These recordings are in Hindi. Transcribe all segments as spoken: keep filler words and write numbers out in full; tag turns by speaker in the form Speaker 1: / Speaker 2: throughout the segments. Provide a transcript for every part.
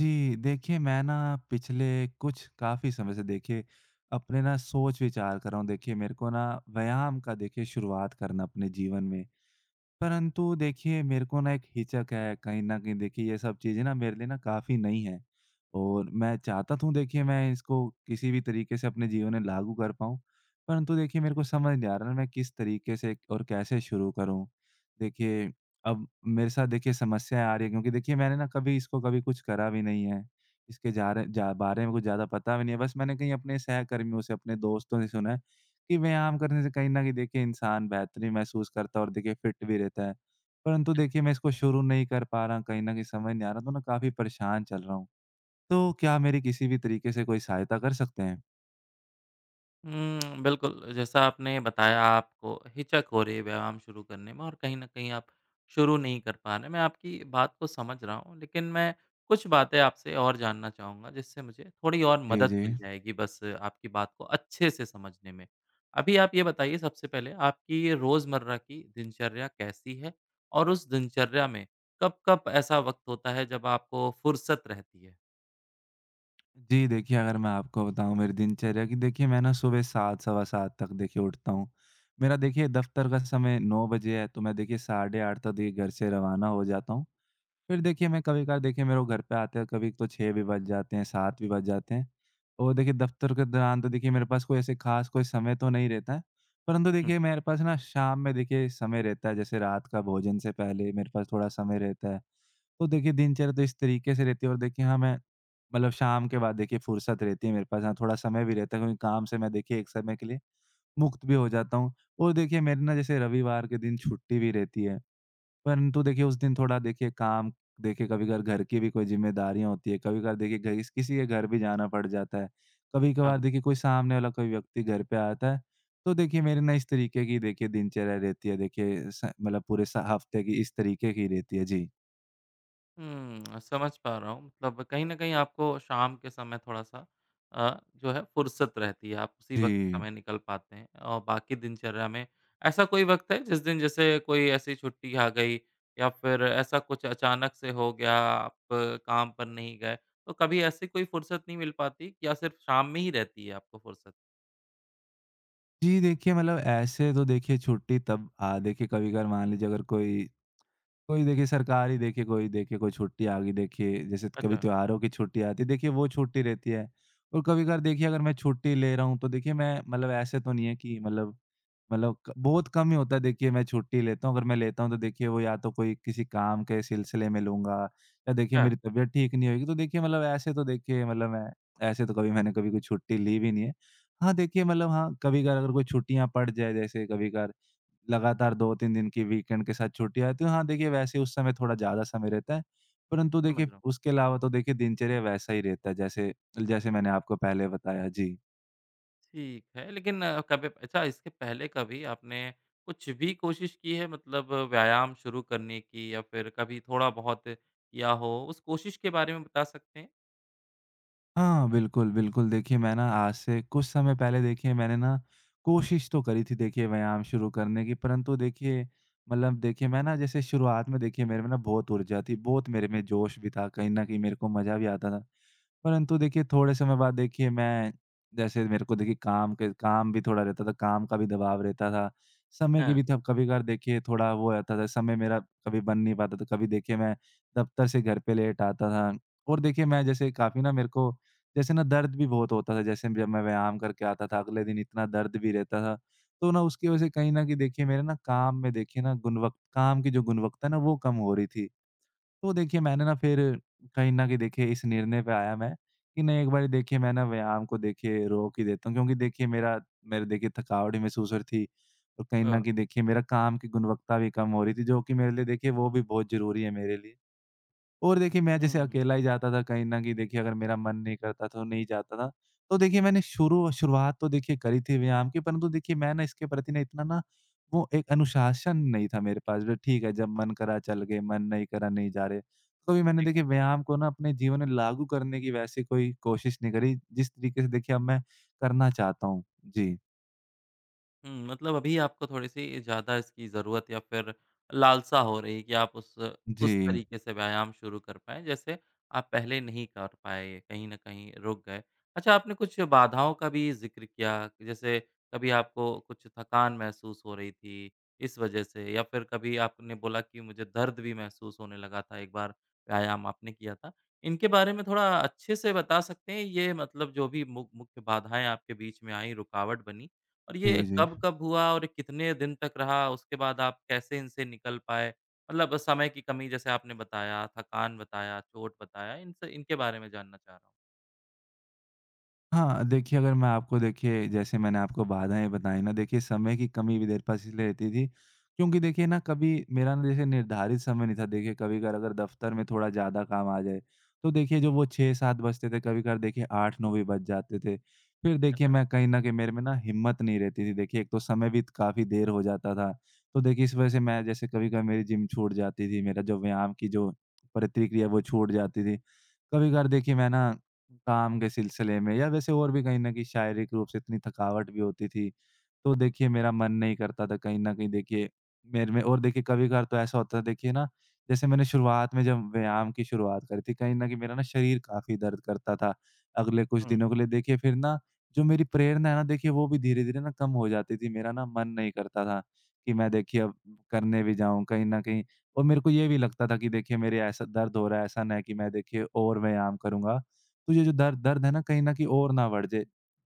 Speaker 1: जी, देखिए मैं ना पिछले कुछ काफ़ी समय से देखिए अपने ना सोच-विचार कर रहा हूँ। देखिए मेरे को ना व्यायाम का देखिए शुरुआत करना अपने जीवन में। परंतु देखिए मेरे को ना एक हिचक है, कहीं न कहीं देखिए ये सब चीज़ें ना मेरे लिए ना काफ़ी नई हैं। और मैं चाहता तो हूँ देखिए मैं इसको किसी भी तरीके से अपने जीवन में लागू कर पाऊँ। परंतु देखिए मेरे को समझ नहीं आ रहा ना मैं किस तरीके से और कैसे शुरू करूँ? देखिए अब मेरे साथ देखिए समस्याएँ आ रही हैं, क्योंकि देखिए मैंने ना कभी इसको कभी कुछ करा भी नहीं है। इसके जा रहे जा बारे में कुछ ज़्यादा पता भी नहीं है। बस मैंने कहीं अपने सहकर्मियों से, अपने दोस्तों से सुना है कि व्यायाम करने से कहीं न कहीं देखिए इंसान बेहतरीन महसूस करता है और देखिए फिट भी रहता है। परंतु देखिए मैं इसको शुरू नहीं कर पा रहा, कहीं न कहीं समझ नहीं आ रहा, तो ना काफ़ी परेशान चल रहा हूँ। तो क्या मेरी किसी भी तरीके से कोई सहायता कर सकते हैं?
Speaker 2: हुँ, बिल्कुल, जैसा आपने बताया आपको हिचक हो रही है व्यायाम शुरू करने में और कहीं न कहीं आप शुरू नहीं कर पा रहे हैं। मैं आपकी बात को समझ रहा हूँ, लेकिन मैं कुछ बातें आपसे और जानना चाहूँगा, जिससे मुझे थोड़ी और
Speaker 1: जी,
Speaker 2: मदद
Speaker 1: जी।
Speaker 2: मिल जाएगी बस आपकी बात को अच्छे से समझने में। अभी आप ये बताइए सबसे पहले आपकी रोज़मर्रा की दिनचर्या कैसी है? और उस दिनचर्या में कब-कब ऐसा वक़्त होता है जब आपको फुर्सत रहती है?
Speaker 1: जी, देखिए अगर मैं आपको बताऊँ मेरी दिनचर्या की, देखिए मैं ना सुबह सात सवा सात तक देखिए उठता हूँ। मेरा देखिए दफ़्तर का समय नौ बजे है, तो मैं देखिए साढ़े आठ तक देखिए घर से रवाना हो जाता हूँ। फिर देखिए मैं कभी कभार देखिए मेरे को घर पे आते हैं कभी तो छह भी बज जाते हैं, सात भी बज जाते हैं। और देखिए दफ्तर के दौरान तो देखिए मेरे पास कोई ऐसे ख़ास कोई समय तो नहीं रहता है। परंतु
Speaker 2: हुँ,
Speaker 1: देखिए मेरे पास ना शाम में देखिए समय रहता है, जैसे रात का भोजन से पहले मेरे पास थोड़ा समय रहता है। तो देखिए दिनचर्या तो इस तरीके से रहती है, और देखिए हाँ, मैं मतलब शाम के बाद देखिए फ़ुर्सत रहती है मेरे पास, हाँ, थोड़ा समय भी रहता है क्योंकि काम से मैं देखिए एक समय के लिए मुक्त भी हो जाता हूँ। और देखिए मेरे ना जैसे रविवार के दिन छुट्टी भी रहती है। परंतु देखिए उस दिन थोड़ा देखिए काम देखिए कभी कभार घर की भी कोई ज़िम्मेदारियाँ होती है, कभी कभार देखिए घर किसी के घर भी जाना पड़ जाता है। कभी कभार
Speaker 2: हाँ।
Speaker 1: देखिए कोई सामने वाला कोई व्यक्ति घर पे आता है, तो देखिए मेरी ना इस तरीके की देखिए दिनचर्या रहती है, देखिए स मतलब पूरे स हफ्ते की इस तरीके की रहती है। जी।
Speaker 2: हुँ, समझ पा रहा हूँ। मतलब कहीं न कहीं आपको शाम के समय थोड़ा-सा अ, जो है फुर्सत रहती है, आप उसी वक़्त
Speaker 1: जी।
Speaker 2: समय निकल पाते हैं और बाकी दिनचर्या में ऐसा कोई वक़्त है जिस दिन जैसे कोई ऐसी छुट्टी आ गई या फिर ऐसा कुछ अचानक से हो गया, आप काम पर नहीं गए, तो कभी ऐसी कोई फुर्सत नहीं मिल पाती या सिर्फ़ शाम में ही रहती है आपको फुर्सत?
Speaker 1: जी देखिए मतलब ऐसे तो देखिए छुट्टी तब अ, देखिए कभी कभार मान लीजिए अगर कोई कोई देखिए सरकारी देखिए, कोई देखिए कोई छुट्टी आ गई देखिए, जैसे कभी
Speaker 2: अच्छा,
Speaker 1: त्योहारों की छुट्टी आती है, देखिए वो छुट्टी रहती है। और कभी-कभार देखिए अगर मैं छुट्टी ले रहा हूँ, तो देखिए मैं मतलब ऐसे तो नहीं है कि मतलब मतलब क बहुत कम ही होता है देखिए मैं छुट्टी लेता हूँ। अगर मैं लेता हूँ तो देखिए वो या तो कोई किसी काम के सिलसिले में लूँगा या देखिए
Speaker 2: है,
Speaker 1: मेरी तबीयत ठीक नहीं होएगी। तो देखिए मतलब ऐसे तो देखिए मतलब मैं ऐसे तो कभी मैंने कभी कोई छुट्टी ली भी नहीं है। हाँ, देखिए मतलब हाँ, कभी-कभार अगर कोई छुट्टियाँ पड़ जाए, जैसे कभी-कभार लगातार दो तीन दिन की वीकेंड के साथ छुट्टी आती है। हाँ, देखिए वैसे उस समय थोड़ा ज़्यादा समय रहता है, परंतु
Speaker 2: समझ
Speaker 1: देखिए
Speaker 2: रहा हूँ।
Speaker 1: उसके अलावा तो देखिए दिनचर्या वैसा ही रहता है जैसे जैसे मैंने आपको पहले बताया। जी।
Speaker 2: ठीक है, लेकिन अ, कभी अच्छा इसके पहले कभी आपने कुछ भी कोशिश की है मतलब व्यायाम शुरू करने की या फिर कभी थोड़ा-बहुत किया हो? उस कोशिश के बारे में बता सकते हैं?
Speaker 1: हाँ, बिल्कुल, बिल्कुल। देखिए मैं ना आज से कुछ समय पहले देखिए मैंने ना कोशिश तो करी थी देखिए व्यायाम शुरू करने की, परंतु देखिए मतलब देखिए मैं ना जैसे शुरुआत में देखिए मेरे में ना बहुत ऊर्जा थी, बहुत मेरे में जोश भी था, कहीं न कहीं मेरे को मज़ा भी आता था। परंतु देखिए थोड़े समय बाद देखिए मैं जैसे मेरे को देखिए काम के काम भी थोड़ा रहता था, काम का भी दबाव रहता था। समय की
Speaker 2: हाँ।
Speaker 1: भी थब कभी-कभार देखिए थोड़ा वो रहता था, समय मेरा कभी बन नहीं पाता था। कभी देखिए मैं दफ्तर से घर पे लेट आता था, और देखिए मैं जैसे काफ़ी ना मेरे को जैसे ना दर्द भी बहुत होता था। जैसे जब मैं व्यायाम करके आता था, अगले दिन इतना दर्द भी रहता था। तो ना उसकी वजह से कहीं न कहीं देखिए मेरे ना काम में देखिए ना गुणवक काम की जो गुणवत्ता है ना वो कम हो रही थी। तो देखिए मैंने ना फिर कहीं न कहीं देखिए इस निर्णय पे आया मैं कि नहीं, एक बारी देखिए मैं ना व्यायाम को देखिए रोक ही देता हूँ, क्योंकि देखिए मेरा मेरे देखिए थकावट भी महसूस हो रही थी, और कहीं न
Speaker 2: अ,
Speaker 1: कहीं देखिए मेरा काम की गुणवत्ता भी कम हो रही थी, जो कि मेरे लिए देखिए वो भी बहुत ज़रूरी है मेरे लिए। और देखिए मैं जैसे
Speaker 2: हुँ,
Speaker 1: अकेला ही जाता था, कहीं न कहीं देखिए अगर मेरा मन नहीं करता तो नहीं जाता था। तो देखिए मैंने शुरू शुरुआत तो देखिए करी थी व्यायाम की, परंतु देखिए मैं ना इसके प्रति ना इतना ना वो एक अनुशासन नहीं था मेरे पास, जो ठीक है जब मन करा चल गए, मन नहीं करा नहीं जा रहे। कभी मैंने
Speaker 2: ठीक
Speaker 1: देखिए
Speaker 2: है।
Speaker 1: व्यायाम को ना अपने जीवन में लागू करने की वैसे कोई कोशिश नहीं करी जिस तरीके से देखिए अब मैं करना चाहता हूँ। जी।
Speaker 2: हुँ, मतलब अभी आपको थोड़ी-सी ज़्यादा इसकी ज़रूरत या फिर लालसा हो रही है कि आप उस उस
Speaker 1: जी।
Speaker 2: तरीके से व्यायाम शुरू कर पाएँ, जैसे आप पहले नहीं कर पाए, कहीं न कहीं रुक गए। अच्छा, आपने कुछ बाधाओं का भी ज़िक्र किया, जैसे कभी आपको कुछ थकान महसूस हो रही थी, इस वजह से या फिर कभी आपने बोला कि मुझे दर्द भी महसूस होने लगा था एक बार व्यायाम आपने किया था। इनके बारे में थोड़ा अच्छे से बता सकते हैं? ये मतलब जो भी मु मुख्य बाधाएँ आपके बीच में आईं, रुकावट बनी, और ये
Speaker 1: जी, जी।
Speaker 2: कब-कब हुआ और कितने दिन तक रहा? उसके बाद आप कैसे इनसे निकल पाए? मतलब समय की कमी जैसे आपने बताया, थकान बताया, चोट बताया, इन स इनके बारे में जानना चाह रहा हूँ।
Speaker 1: हाँ, देखिए अगर मैं आपको देखिए जैसे मैंने आपको बाधाएँ बताई ना, देखिए समय की कमी भी देर पास इसलिए रहती थी, क्योंकि देखिए ना कभी मेरा ना जैसे निर्धारित समय नहीं था, देखिए कभी-कभार अगर दफ़्तर में थोड़ा ज़्यादा काम आ जाए, तो देखिए जो वो छह सात बजते थे, कभी-कभार देखिए आठ नौ भी बज जाते थे। फिर देखिए
Speaker 2: अच्छा।
Speaker 1: मैं कहीं न कहीं मेरे में ना हिम्मत नहीं रहती थी, देखिए एक तो समय भी काफ़ी देर हो जाता था, तो देखिए इस वज़ह से मैं जैसे कभी-कभार मेरी जिम छूट जाती थी, मेरा जो व्यायाम की जो प्रतिक्रिया है वो छूट जाती थी। कभी-कभार देखिए मैं ना काम के सिलसिले में या वैसे और भी कहीं न कहीं शारीरिक रूप से इतनी थकावट भी होती थी। तो देखिए मेरा मन नहीं करता था कहीं न कहीं देखिए मेरे में, और देखिए कभी-कभार तो ऐसा होता है देखिए ना, जैसे मैंने शुरुआत में जब व्यायाम की शुरुआत करी थी, कहीं न कहीं मेरा ना शरीर काफ़ी दर्द करता था। अगले कुछ दिनों के लिए देखिए फिर ना जो मेरी प्रेरणा है ना देखिए वो भी धीरे-धीरे ना कम हो जाती थी। मेरा ना मन नहीं करता था कि मैं देखिए अब करने भी जाऊँ कहीं न कहीं, और मेरे को ये भी लगता था कि देखिए मेरे ऐसा दर्द हो रहा है, ऐसा ना है कि मैं देखिए और व्यायाम करूँगा। तो ये जो दर्द दर्द है ना कहीं न कहीं और ना बढ़ जाए।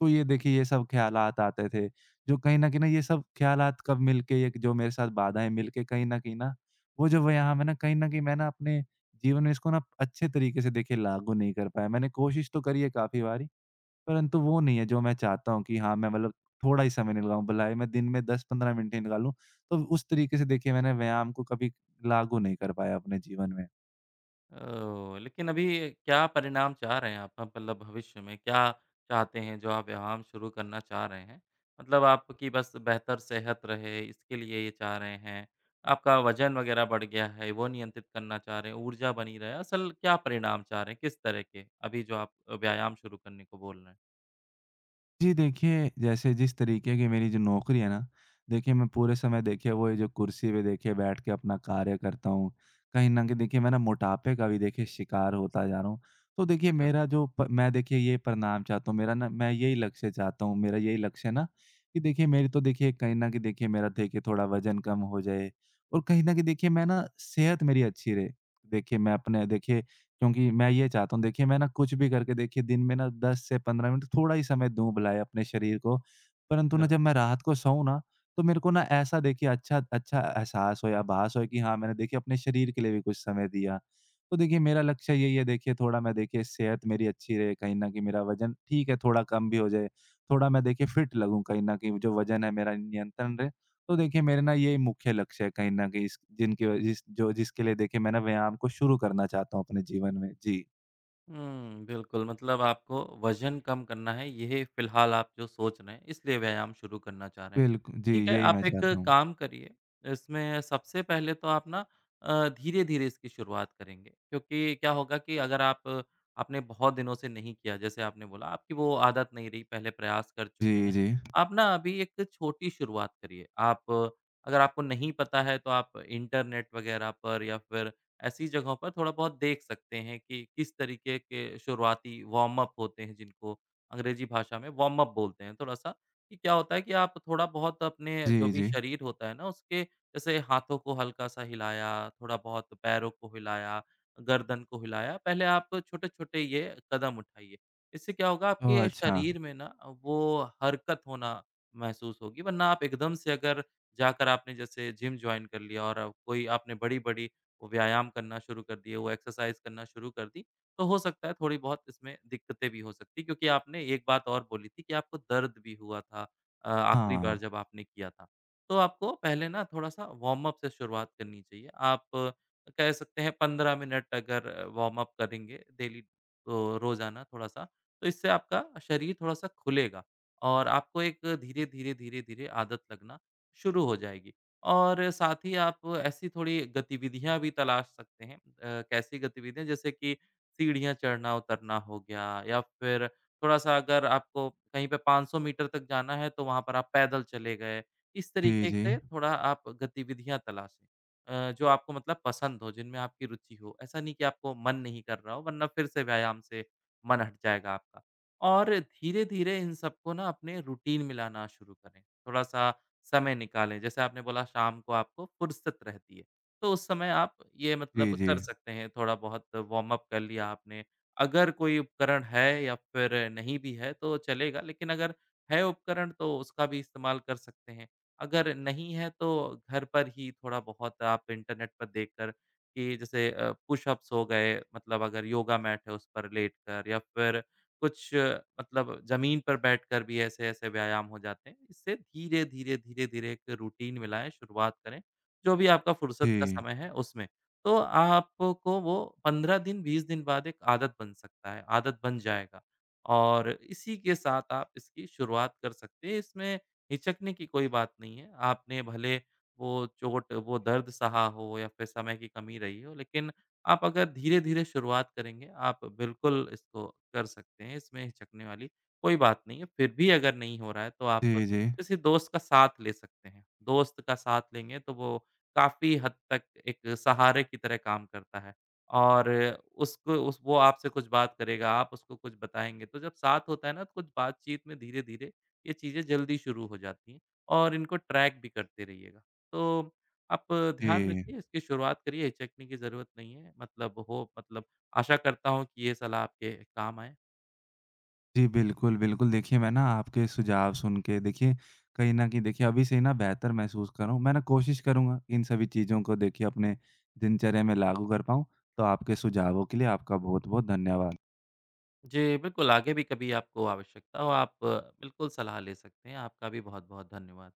Speaker 1: तो ये देखिए ये सब ख़्यालात आते थे, जो कहीं न कहीं ना ये सब ख़्यालात कब मिलके एक जो मेरे साथ बाधाएँ मिलके कहीं न कहीं ना वो जो व्यायाम है ना कहीं न कहीं मैं ना अपने जीवन में इसको ना अच्छे तरीके से देखिए लागू नहीं कर पाया। मैंने कोशिश तो करी है काफ़ी बारी, परंतु वो नहीं है जो मैं चाहता हूँ कि हाँ, मैं मतलब थोड़ा ही समय निकालूँ, भलाए मैं दिन में दस पंद्रह मिनट ही निकालूँ। तो उस तरीके से देखिए मैंने व्यायाम को कभी लागू नहीं कर पाया अपने जीवन में।
Speaker 2: ओह! लेकिन अभी क्या परिणाम चाह रहे हैं आप? मतलब भविष्य में क्या चाहते हैं जो आप व्यायाम शुरू करना चाह रहे हैं? मतलब आपकी बस बेहतर सेहत रहे इसके लिए ये चाह रहे हैं? आपका वज़न वग़ैरह बढ़ गया है वो नियंत्रित करना चाह रहे हैं, ऊर्जा बनी रहे? असल क्या परिणाम चाह रहे हैं? किस तरह के? अभी जो आप व्यायाम शुरू करने को बोल रहे हैं?
Speaker 1: जी देखिए, जैसे जिस तरीके की मेरी जो नौकरी है ना, देखिए मैं पूरे समय देखिए वो ये जो कुर्सी पे देखिए बैठ के अपना कार्य करता हूँ। कहीं न कहीं देखिए मैं ना मोटापे का भी देखिए शिकार होता जा रहा हूँ। तो देखिए
Speaker 2: अच्छा।
Speaker 1: मेरा जो प मैं देखिए ये परिणाम चाहता हूँ, मेरा ना मैं यही लक्ष्य चाहता हूँ, मेरा यही लक्ष्य है ना कि देखिए मेरी तो देखिए कहीं न कहीं देखिए मेरा देखिए थोड़ा वज़न कम हो जाए, और कहीं न कहीं देखिए मैं ना सेहत मेरी अच्छी रहे। देखिए मैं अपने देखिए क्योंकि मैं ये चाहता हूँ देखिए मैं ना कुछ भी करके देखिए दिन में ना दस से पंद्रह मिनट थोड़ा ही समय दूँ भलाए अपने शरीर को। परंतु ना जब मैं रात को सोऊँ ना, तो मेरे को ना ऐसा देखिए अच्छा अच्छा एहसास हो या आभास हो कि हाँ, मैंने देखिए अपने शरीर के लिए भी कुछ समय दिया। तो देखिए मेरा लक्ष्य यही है, देखिए थोड़ा मैं देखिए सेहत मेरी अच्छी रहे, कहीं न कहीं मेरा वज़न ठीक है थोड़ा कम भी हो जाए, थोड़ा मैं देखिए फिट लगूँ, कहीं न कहीं जो वज़न है मेरा नियंत्रण रहे। तो देखिए मेरे ना ये मुख्य लक्ष्य है, कहीं न कहीं इस जिनकी व जिस जो जिसके लिए देखिए मैं ना व्यायाम को शुरू करना चाहता हूँ अपने जीवन में। जी।
Speaker 2: हुँ, बिल्कुल मतलब आपको वज़न कम करना है, ये फ़िलहाल आप जो सोच रहे हैं, इसलिए व्यायाम शुरू करना चाह रहे हैं।
Speaker 1: बिल्कु जी,
Speaker 2: ठीक है,
Speaker 1: यही मैं
Speaker 2: आप एक
Speaker 1: चाहता हूँ।
Speaker 2: काम करिए, इसमें सबसे पहले तो आप ना अ, धीरे-धीरे इसकी शुरुआत करेंगे क्योंकि क्या होगा कि अगर आप आपने बहुत दिनों से नहीं किया, जैसे आपने बोला आपकी वो आदत नहीं रही, पहले प्रयास कर चुके
Speaker 1: जी,
Speaker 2: हैं।
Speaker 1: जी।
Speaker 2: आप ना अभी एक छोटी शुरुआत करिए। आप अगर आपको नहीं पता है, तो आप इंटरनेट वग़ैरह पर या फिर ऐसी जगहों पर थोड़ा बहुत देख सकते हैं कि किस तरीके के शुरुआती वार्म अप होते हैं जिनको अंग्रेजी भाषा में वार्म अप बोलते हैं थोड़ा-सा कि क्या होता है कि आप थोड़ा बहुत अपने जो
Speaker 1: जी,
Speaker 2: भी
Speaker 1: जी।
Speaker 2: शरीर होता है ना उसके जैसे हाथों को हल्का-सा हिलाया, थोड़ा बहुत पैरों को हिलाया, गर्दन को हिलाया, पहले आप छोटे-छोटे ये कदम उठाइए। इससे क्या होगा
Speaker 1: ओह!
Speaker 2: आपके
Speaker 1: अच्छा।
Speaker 2: शरीर में ना वो हरकत होना महसूस होगी वरना आप एकदम से अगर जाकर आपने जैसे जिम जॉइन कर लिया और कोई आपने बड़ी-बड़ी वो व्यायाम करना शुरू कर दिए, वो एक्सरसाइज़ करना शुरू कर दी, तो हो सकता है थोड़ी बहुत इसमें दिक्कतें भी हो सकती हैं क्योंकि आपने एक बात और बोली थी कि आपको दर्द भी हुआ था अ, आखिरी
Speaker 1: हाँ।
Speaker 2: बार जब आपने किया था। तो आपको पहले ना थोड़ा-सा वार्म अप से शुरुआत करनी चाहिए। आप अ, कह सकते हैं पंद्रह मिनट अगर वार्म अप करेंगे डेली तो रोज़ाना थोड़ा-सा, तो इससे आपका शरीर थोड़ा-सा खुलेगा और आपको एक धीरे-धीरे, धीरे-धीरे आदत लगना शुरू हो जाएगी। और साथ ही आप ऐसी थोड़ी गतिविधियाँ भी तलाश सकते हैं। अ, कैसी गतिविधियाँ जैसे कि सीढ़ियाँ चढ़ना-उतरना हो गया या फिर थोड़ा-सा अगर आपको कहीं पे पाँच सौ मीटर तक जाना है तो वहाँ पर आप पैदल चले गए। इस
Speaker 1: जी,
Speaker 2: तरीके
Speaker 1: जी।
Speaker 2: से थोड़ा आप गतिविधियाँ तलाशें अ, जो आपको मतलब पसंद हो, जिनमें आपकी रुचि हो। ऐसा नहीं कि आपको मन नहीं कर रहा हो वरना फिर से व्यायाम से मन हट जाएगा आपका। और धीरे-धीरे इन सबको ना अपने रूटीन में लाना शुरू करें। थोड़ा-सा समय निकालें, जैसे आपने बोला शाम को आपको फ़ुर्सत रहती है, तो उस समय आप ये
Speaker 1: जी,
Speaker 2: मतलब
Speaker 1: जी।
Speaker 2: कर सकते हैं थोड़ा बहुत वार्म अप कर लिया आपने। अगर कोई उपकरण है या फिर नहीं भी है तो चलेगा, लेकिन अगर है उपकरण तो उसका भी इस्तेमाल कर सकते हैं। अगर नहीं है तो घर पर ही थोड़ा बहुत आप इंटरनेट पर देखकर कि जैसे अ, पुशअप्स हो गए मतलब अगर योगा मैट है उस पर लेटकर या फिर कुछ अ, मतलब ज़मीन पर बैठकर भी ऐसे-ऐसे व्यायाम हो जाते हैं। इससे धीरे-धीरे, धीरे-धीरे एक रूटीन मिलाएँ, शुरुआत करें, जो भी आपका फ़ुर्सत का
Speaker 1: जी।
Speaker 2: समय है उसमें। तो आपको वो पंद्रह दिन, बीस दिन बाद एक आदत बन सकता है, आदत बन जाएगा और इसी के साथ आप इसकी शुरुआत कर सकते हैं। इसमें हिचकने की कोई बात नहीं है। आपने भले वो चोट, वो दर्द सहा हो या फिर समय की कमी रही हो, लेकिन आप अगर धीरे-धीरे शुरुआत करेंगे, आप बिल्कुल इसको कर सकते हैं, इसमें हिचकने वाली कोई बात नहीं है। फिर भी अगर नहीं हो रहा है, तो आप
Speaker 1: जी, जी।
Speaker 2: किसी दोस्त का साथ ले सकते हैं। दोस्त का साथ लेंगे, तो वो काफ़ी हद तक एक सहारे की तरह काम करता है और उसको उस वो आपसे कुछ बात करेगा, आप उसको कुछ बताएँगे। तो जब साथ होता है ना, तो कुछ बातचीत में धीरे-धीरे ये चीज़ें जल्दी शुरू हो जाती हैं और इनको ट्रैक भी करते रहिएगा। तो आप ध्यान
Speaker 1: जी।
Speaker 2: रखिए, इसकी शुरुआत करिए, हिचकने की ज़रूरत नहीं है। मतलब हो मतलब आशा करता हूँ कि ये सलाह आपके काम आए।
Speaker 1: जी, बिल्कुल, बिल्कुल। देखिए मैं ना आपके सुझाव सुन के देखिए कहीं न कहीं देखिए अभी से ही ना बेहतर महसूस कर रहा हूँ। मैं ना कोशिश करूँगा इन सभी चीज़ों को देखिए अपने दिनचर्या में लागू कर पाऊँ। तो आपके सुझावों के लिए आपका बहुत-बहुत धन्यवाद।
Speaker 2: जी, बिल्कुल आगे भी कभी आपको आवश्यकता हो, आप बिल्कुल सलाह ले सकते हैं। आपका भी बहुत-बहुत धन्यवाद।